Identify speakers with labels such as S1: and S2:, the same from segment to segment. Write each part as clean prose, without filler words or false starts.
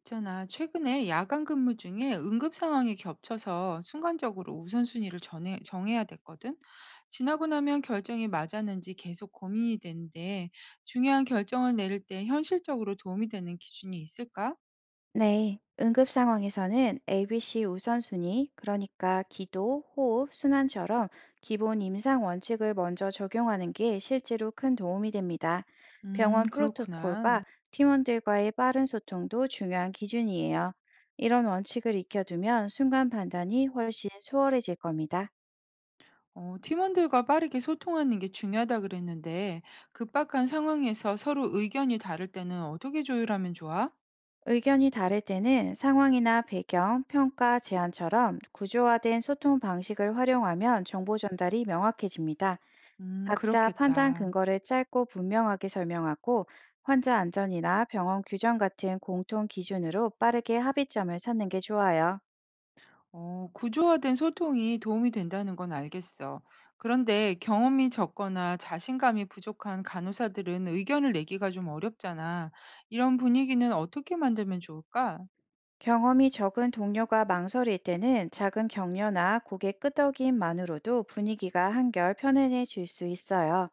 S1: 있잖아, 최근에 야간 근무 중에 응급 상황이 겹쳐서 순간적으로 우선순위를 정해야 됐거든. 지나고 나면 결정이 맞았는지 계속 고민이 되는데 중요한 결정을 내릴 때 현실적으로 도움이 되는 기준이 있을까?
S2: 네, 응급 상황에서는 ABC 우선순위, 그러니까 기도, 호흡, 순환처럼 기본 임상 원칙을 먼저 적용하는 게 실제로 큰 도움이 됩니다. 병원
S1: 그렇구나.
S2: 프로토콜과 팀원들과의 빠른 소통도 중요한 기준이에요. 이런 원칙을 익혀두면 순간 판단이 훨씬 수월해질 겁니다.
S1: 어, 팀원들과 빠르게 소통하는 게 중요하다 그랬는데 급박한 상황에서 서로 의견이 다를 때는 어떻게 조율하면 좋아?
S2: 의견이 다를 때는 상황이나 배경, 평가, 제안처럼 구조화된 소통 방식을 활용하면 정보 전달이 명확해집니다. 각자 판단
S1: 그렇겠다.
S2: 근거를 짧고 분명하게 설명하고, 환자 안전이나 병원 규정 같은 공통 기준으로 빠르게 합의점을 찾는 게 좋아요.
S1: 어, 구조화된 소통이 도움이 된다는 건 알겠어. 그런데 경험이 적거나 자신감이 부족한 간호사들은 의견을 내기가 좀 어렵잖아. 이런 분위기는 어떻게 만들면 좋을까?
S2: 경험이 적은 동료가 망설일 때는 작은 격려나 고개 끄덕임만으로도 분위기가 한결 편안해질 수 있어요.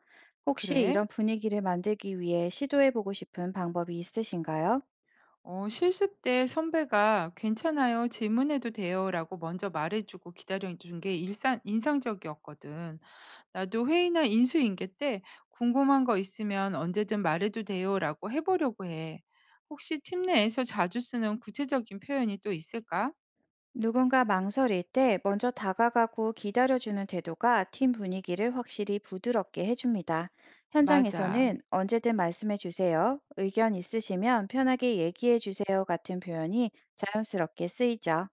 S2: 혹시
S1: 그래?
S2: 이런 분위기를 만들기 위해 시도해보고 싶은 방법이 있으신가요?
S1: 어, 실습 때 선배가 괜찮아요, 질문해도 돼요라고 먼저 말해주고 기다려준 게 인상적이었거든. 나도 회의나 인수인계 때 궁금한 거 있으면 언제든 말해도 돼요라고 해보려고 해. 혹시 팀 내에서 자주 쓰는 구체적인 표현이 또 있을까?
S2: 누군가 망설일 때 먼저 다가가고 기다려주는 태도가 팀 분위기를 확실히 부드럽게 해줍니다.
S1: 맞아.
S2: 현장에서는 "언제든 말씀해주세요", "의견 있으시면 편하게 얘기해주세요" 같은 표현이 자연스럽게 쓰이죠.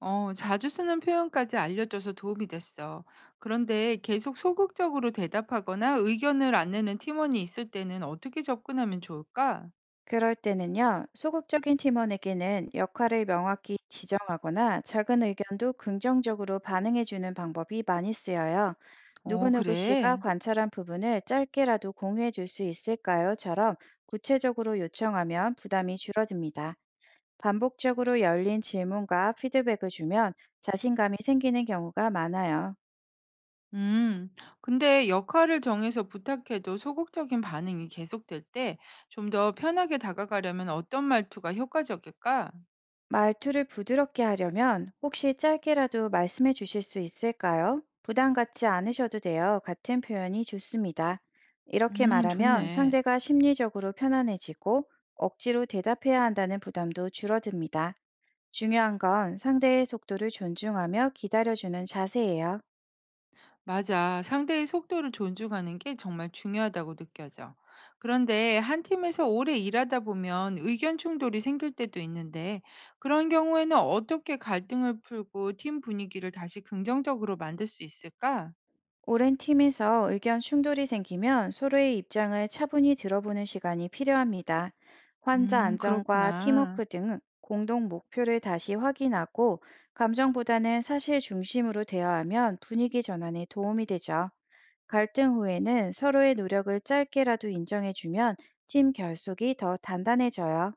S1: 어, 자주 쓰는 표현까지 알려줘서 도움이 됐어. 그런데 계속 소극적으로 대답하거나 의견을 안 내는 팀원이 있을 때는 어떻게 접근하면 좋을까?
S2: 그럴 때는요, 소극적인 팀원에게는 역할을 명확히 지정하거나 작은 의견도 긍정적으로 반응해주는 방법이 많이 쓰여요.
S1: 어,
S2: "누구누구 씨가
S1: 그래.
S2: 관찰한 부분을 짧게라도 공유해 줄 수 있을까요?"처럼 구체적으로 요청하면 부담이 줄어듭니다. 반복적으로 열린 질문과 피드백을 주면 자신감이 생기는 경우가 많아요.
S1: 음, 근데 역할을 정해서 부탁해도 소극적인 반응이 계속될 때 좀 더 편하게 다가가려면 어떤 말투가 효과적일까?
S2: 말투를 부드럽게 하려면 "혹시 짧게라도 말씀해 주실 수 있을까요? 부담 갖지 않으셔도 돼요." 같은 표현이 좋습니다. 이렇게 말하면
S1: 좋네.
S2: 상대가 심리적으로 편안해지고, 억지로 대답해야 한다는 부담도 줄어듭니다. 중요한 건 상대의 속도를 존중하며 기다려주는 자세예요.
S1: 맞아. 상대의 속도를 존중하는 게 정말 중요하다고 느껴져. 그런데 한 팀에서 오래 일하다 보면 의견 충돌이 생길 때도 있는데 그런 경우에는 어떻게 갈등을 풀고 팀 분위기를 다시 긍정적으로 만들 수 있을까?
S2: 오랜 팀에서 의견 충돌이 생기면 서로의 입장을 차분히 들어보는 시간이 필요합니다. 환자 안전과
S1: 그렇구나.
S2: 팀워크 등 공동 목표를 다시 확인하고, 감정보다는 사실 중심으로 대화하면 분위기 전환에 도움이 되죠. 갈등 후에는 서로의 노력을 짧게라도 인정해주면 팀 결속이 더 단단해져요.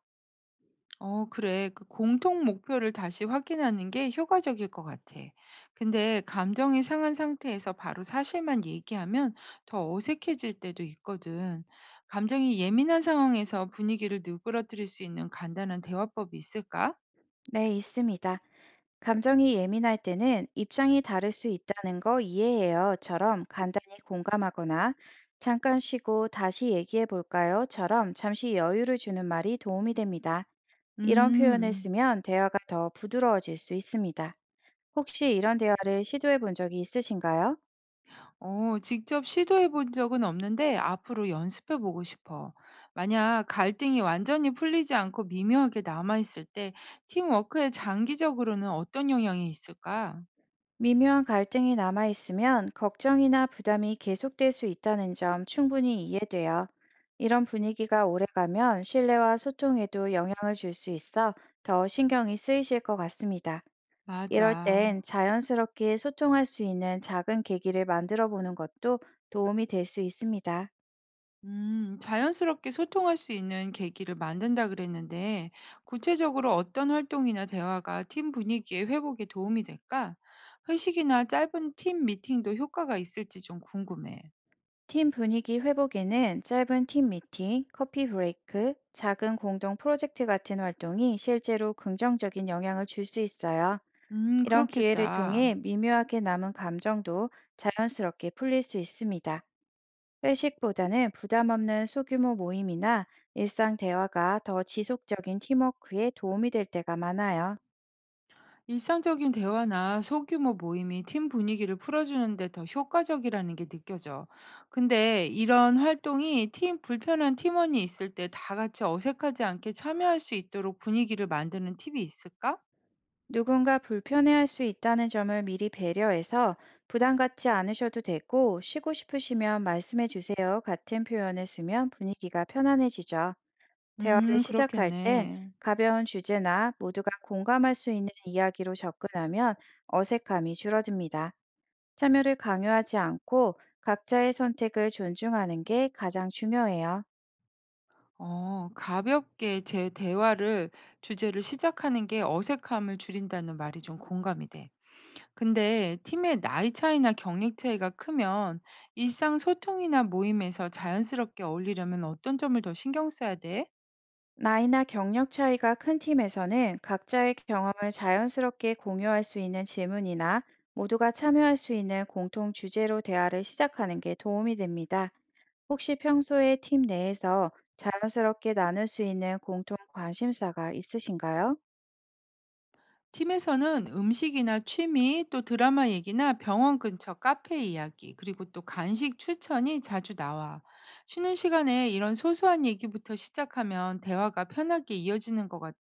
S1: 어, 그래. 그 공통 목표를 다시 확인하는 게 효과적일 것 같아. 근데 감정이 상한 상태에서 바로 사실만 얘기하면 더 어색해질 때도 있거든. 감정이 예민한 상황에서 분위기를 누그러뜨릴 수 있는 간단한 대화법이 있을까?
S2: 네, 있습니다. 감정이 예민할 때는 "입장이 다를 수 있다는 거 이해해요."처럼 간단히 공감하거나, "잠깐 쉬고 다시 얘기해 볼까요?"처럼 잠시 여유를 주는 말이 도움이 됩니다. 이런 표현을
S1: 음.
S2: 쓰면 대화가 더 부드러워질 수 있습니다. 혹시 이런 대화를 시도해 본 적이 있으신가요?
S1: 어, 직접 시도해 본 적은 없는데 앞으로 연습해 보고 싶어. 만약 갈등이 완전히 풀리지 않고 미묘하게 남아 있을 때 팀워크에 장기적으로는 어떤 영향이 있을까?
S2: 미묘한 갈등이 남아있으면 걱정이나 부담이 계속될 수 있다는 점 충분히 이해돼요. 이런 분위기가 오래가면 신뢰와 소통에도 영향을 줄 수 있어 더 신경이 쓰이실 것 같습니다. 이럴
S1: 맞아.
S2: 땐 자연스럽게 소통할 수 있는 작은 계기를 만들어 보는 것도 도움이 될 수 있습니다.
S1: 자연스럽게 소통할 수 있는 계기를 만든다 그랬는데, 구체적으로 어떤 활동이나 대화가 팀 분위기의 회복에 도움이 될까? 회식이나 짧은 팀 미팅도 효과가 있을지 좀 궁금해.
S2: 팀 분위기 회복에는 짧은 팀 미팅, 커피 브레이크, 작은 공동 프로젝트 같은 활동이 실제로 긍정적인 영향을 줄 수 있어요. 이런 기회를
S1: 그렇겠다.
S2: 통해 미묘하게 남은 감정도 자연스럽게 풀릴 수 있습니다. 회식보다는 부담 없는 소규모 모임이나 일상 대화가 더 지속적인 팀워크에 도움이 될 때가 많아요.
S1: 일상적인 대화나 소규모 모임이 팀 분위기를 풀어주는데 더 효과적이라는 게 느껴져. 근데 이런 활동이 팀 불편한 팀원이 있을 때 다 같이 어색하지 않게 참여할 수 있도록 분위기를 만드는 팁이 있을까?
S2: 누군가 불편해할 수 있다는 점을 미리 배려해서 "부담 갖지 않으셔도 되고 쉬고 싶으시면 말씀해 주세요" 같은 표현을 쓰면 분위기가 편안해지죠. 대화를 시작할 땐
S1: 그렇겠네.
S2: 가벼운 주제나 모두가 공감할 수 있는 이야기로 접근하면 어색함이 줄어듭니다. 참여를 강요하지 않고 각자의 선택을 존중하는 게 가장 중요해요.
S1: 어, 가볍게 제 대화를 주제를 시작하는 게 어색함을 줄인다는 말이 좀 공감이 돼. 근데 팀의 나이 차이나 경력 차이가 크면 일상 소통이나 모임에서 자연스럽게 어울리려면 어떤 점을 더 신경 써야 돼?
S2: 나이나 경력 차이가 큰 팀에서는 각자의 경험을 자연스럽게 공유할 수 있는 질문이나 모두가 참여할 수 있는 공통 주제로 대화를 시작하는 게 도움이 됩니다. 혹시 평소에 팀 내에서 자연스럽게 나눌 수 있는 공통 관심사가 있으신가요?
S1: 팀에서는 음식이나 취미, 또 드라마 얘기나 병원 근처 카페 이야기, 그리고 또 간식 추천이 자주 나와. 쉬는 시간에 이런 소소한 얘기부터 시작하면 대화가 편하게 이어지는 것 같아.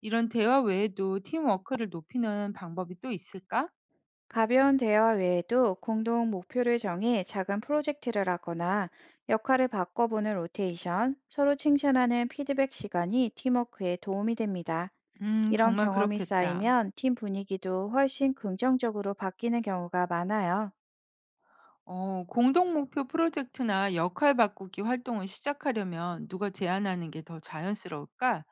S1: 이런 대화 외에도 팀워크를 높이는 방법이 또 있을까?
S2: 가벼운 대화 외에도 공동 목표를 정해 작은 프로젝트를 하거나 역할을 바꿔보는 로테이션, 서로 칭찬하는 피드백 시간이 팀워크에 도움이 됩니다. 이런
S1: 정말
S2: 경험이
S1: 그렇겠다.
S2: 쌓이면 팀 분위기도 훨씬 긍정적으로 바뀌는 경우가 많아요.
S1: 어, 공동 목표 프로젝트나 역할 바꾸기 활동을 시작하려면 누가 제안하는 게 더 자연스러울까?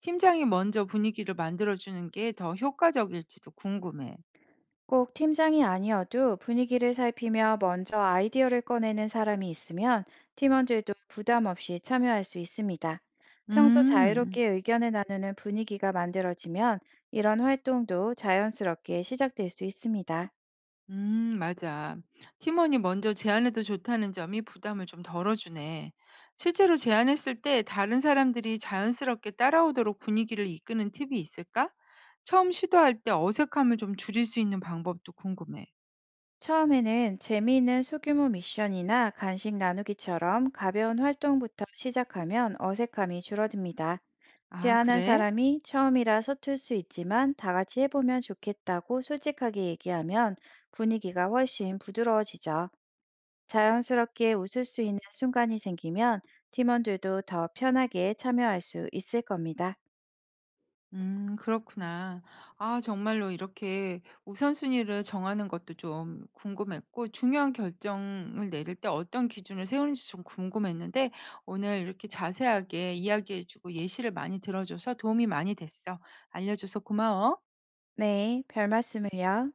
S1: 팀장이 먼저 분위기를 만들어주는 게 더 효과적일지도 궁금해.
S2: 꼭 팀장이 아니어도 분위기를 살피며 먼저 아이디어를 꺼내는 사람이 있으면 팀원들도 부담 없이 참여할 수 있습니다. 평소
S1: 음,
S2: 자유롭게 의견을 나누는 분위기가 만들어지면 이런 활동도 자연스럽게 시작될 수 있습니다.
S1: 맞아. 팀원이 먼저 제안해도 좋다는 점이 부담을 좀 덜어주네. 실제로 제안했을 때 다른 사람들이 자연스럽게 따라오도록 분위기를 이끄는 팁이 있을까? 처음 시도할 때 어색함을 좀 줄일 수 있는 방법도 궁금해.
S2: 처음에는 재미있는 소규모 미션이나 간식 나누기처럼 가벼운 활동부터 시작하면 어색함이 줄어듭니다.
S1: 아,
S2: 제안한
S1: 그래?
S2: 사람이 "처음이라 서툴 수 있지만 다 같이 해보면 좋겠다고 솔직하게 얘기하면 분위기가 훨씬 부드러워지죠. 자연스럽게 웃을 수 있는 순간이 생기면 팀원들도 더 편하게 참여할 수 있을 겁니다.
S1: 그렇구나. 아 정말로 이렇게 우선순위를 정하는 것도 좀 궁금했고 중요한 결정을 내릴 때 어떤 기준을 세우는지 좀 궁금했는데 오늘 이렇게 자세하게 이야기해 주고 예시를 많이 들어줘서 도움이 많이 됐어. 알려줘서 고마워.
S2: 네, 별 말씀을요.